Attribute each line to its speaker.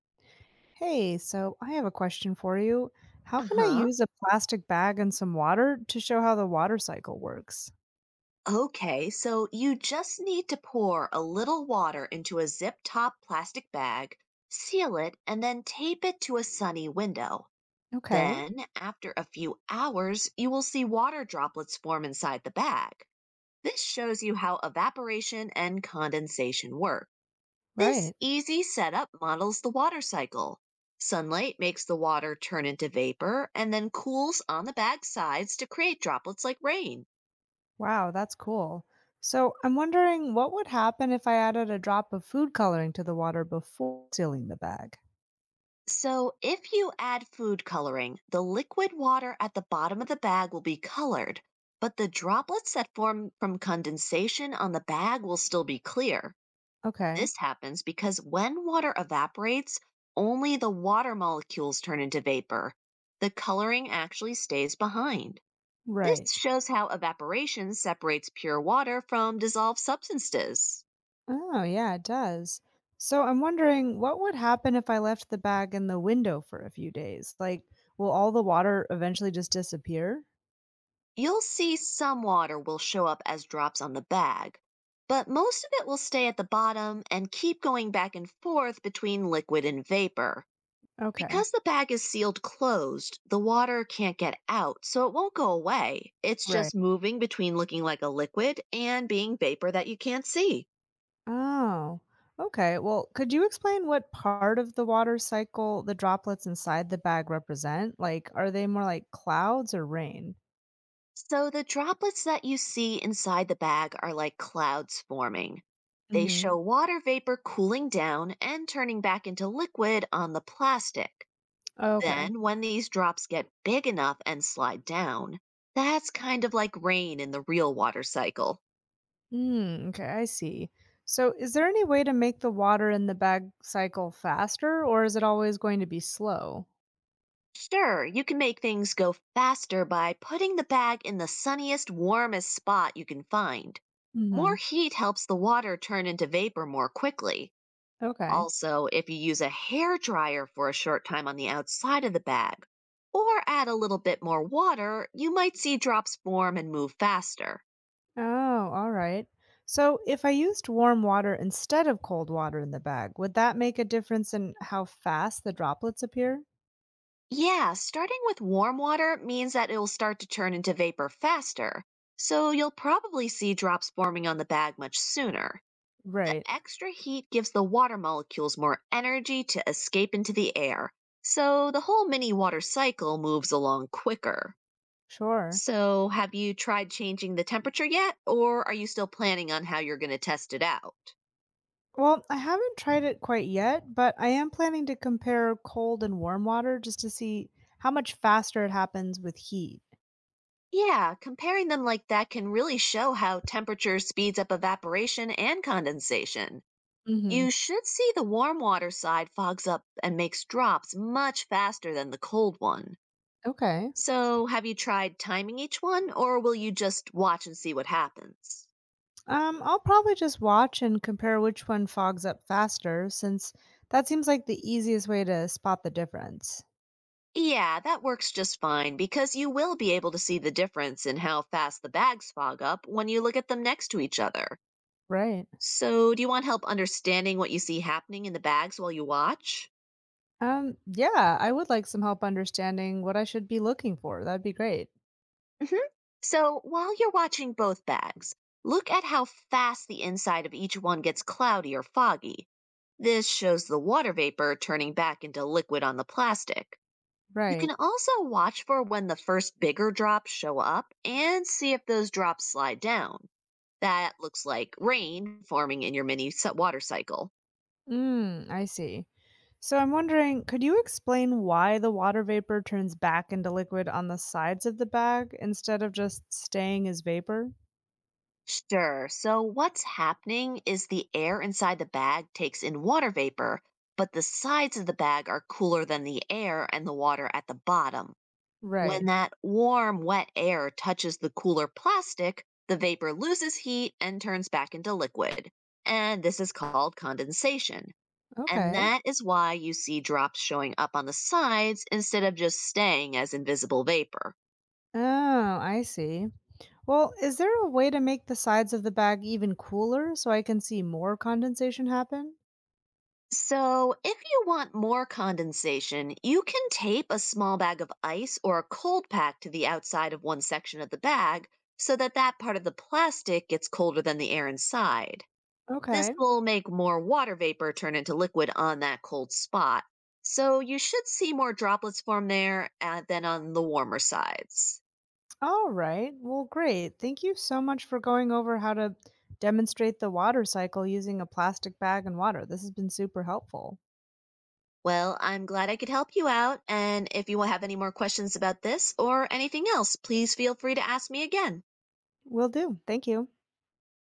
Speaker 1: Hey, so I have a question for you. How
Speaker 2: Uh
Speaker 1: can I
Speaker 2: huh.
Speaker 1: use a plastic bag and some water to show how the water cycle works?
Speaker 2: Okay, so you just need to pour a little water into a zip top plastic bag, seal it, and then tape it to a sunny window.
Speaker 1: Okay,
Speaker 2: Then, after a few hours, you will see water droplets form inside the bag. This shows you how evaporation and condensation work. This
Speaker 1: right.
Speaker 2: easy setup models the water cycle. Sunlight makes the water turn into vapor and then cools on the bag's sides to create droplets like rain.
Speaker 1: Wow, that's cool. So I'm wondering what would happen if I added a drop of food coloring to the water before sealing the bag?
Speaker 2: So, if you add food coloring, the liquid water at the bottom of the bag will be colored, but the droplets that form from condensation on the bag will still be clear.
Speaker 1: Okay,
Speaker 2: This happens because when water evaporates, only the water molecules turn into vapor. The coloring actually stays behind. This
Speaker 1: right.
Speaker 2: shows how evaporation separates pure water from dissolved substances.
Speaker 1: Oh, yeah, it does. So I'm wondering what would happen if I left the bag in the window for a few days? Like, will all the water eventually just disappear?
Speaker 2: You'll see some water will show up as drops on the bag, but most of it will stay at the bottom and keep going back and forth between liquid and vapor.
Speaker 1: Okay,
Speaker 2: Because the bag is sealed closed, the water can't get out, so it won't go away. It's just
Speaker 1: right.
Speaker 2: moving between looking like a liquid and being vapor that you can't see.
Speaker 1: Oh, okay. Well, could you explain what part of the water cycle the droplets inside the bag represent? Like, are they more like clouds or rain?
Speaker 2: So the droplets that you see inside the bag are like clouds forming. They
Speaker 1: Hmm.
Speaker 2: show water vapor cooling down and turning back into liquid on the plastic.
Speaker 1: Okay.
Speaker 2: Then, when these drops get big enough and slide down, that's kind of like rain in the real water cycle.
Speaker 1: Hmm, okay, I see. So, is there any way to make the water in the bag cycle faster, or is it always going to be slow?
Speaker 2: Sure, you can make things go faster by putting the bag in the sunniest, warmest spot you can find. More
Speaker 1: Hmm.
Speaker 2: heat helps the water turn into vapor more quickly.
Speaker 1: Okay.
Speaker 2: Also, if you use a hair dryer for a short time on the outside of the bag, or add a little bit more water, you might see drops form and move faster.
Speaker 1: Oh, all right. So, if I used warm water instead of cold water in the bag, would that make a difference in how fast the droplets appear?
Speaker 2: Yeah, starting with warm water means that it'll start to turn into vapor faster, so you'll probably see drops forming on the bag much sooner. The
Speaker 1: Right.
Speaker 2: extra heat gives the water molecules more energy to escape into the air, so the whole mini water cycle moves along quicker.
Speaker 1: Sure.
Speaker 2: So, have you tried changing the temperature yet, or are you still planning on how you're going to test it out?
Speaker 1: Well, I haven't tried it quite yet, but I am planning to compare cold and warm water just to see how much faster it happens with heat.
Speaker 2: Yeah, comparing them like that can really show how temperature speeds up evaporation and condensation.
Speaker 1: Hmm.
Speaker 2: You should see the warm water side fogs up and makes drops much faster than the cold one.
Speaker 1: Okay.
Speaker 2: So, have you tried timing each one, or will you just watch and see what happens?
Speaker 1: I'll probably just watch and compare which one fogs up faster, since that seems like the easiest way to spot the difference.
Speaker 2: Yeah, that works just fine because you will be able to see the difference in how fast the bags fog up when you look at them next to each other.
Speaker 1: Right.
Speaker 2: So, do you want help understanding what you see happening in the bags while you watch?
Speaker 1: Yeah, I would like some help understanding what I should be looking for. That'd be great.
Speaker 2: Mhm. So while you're watching both bags, look at how fast the inside of each one gets cloudy or foggy. This shows the water vapor turning back into liquid on the plastic. You
Speaker 1: Right.
Speaker 2: can also watch for when the first bigger drops show up and see if those drops slide down. That looks like rain forming in your mini water cycle.
Speaker 1: Mm, I see. So I'm wondering, could you explain why the water vapor turns back into liquid on the sides of the bag instead of just staying as vapor?
Speaker 2: Sure. So, what's happening is the air inside the bag takes in water vapor, but the sides of the bag are cooler than the air and the water at the bottom. When
Speaker 1: Right.
Speaker 2: that warm, wet air touches the cooler plastic, the vapor loses heat and turns back into liquid. And this is called condensation. And
Speaker 1: Okay.
Speaker 2: that is why you see drops showing up on the sides instead of just staying as invisible vapor.
Speaker 1: Oh, I see. Well, is there a way to make the sides of the bag even cooler so I can see more condensation happen?
Speaker 2: So, if you want more condensation, you can tape a small bag of ice or a cold pack to the outside of one section of the bag so that that part of the plastic gets colder than the air inside. This
Speaker 1: Okay.
Speaker 2: will make more water vapor turn into liquid on that cold spot. So, you should see more droplets form there, than on the warmer sides.
Speaker 1: All right. Well, great. Thank you so much for going over how to demonstrate the water cycle using a plastic bag and water. This has been super helpful.
Speaker 2: Well, I'm glad I could help you out. And if you have any more questions about this or anything else, please feel free to ask me again.
Speaker 1: Will do. Thank you.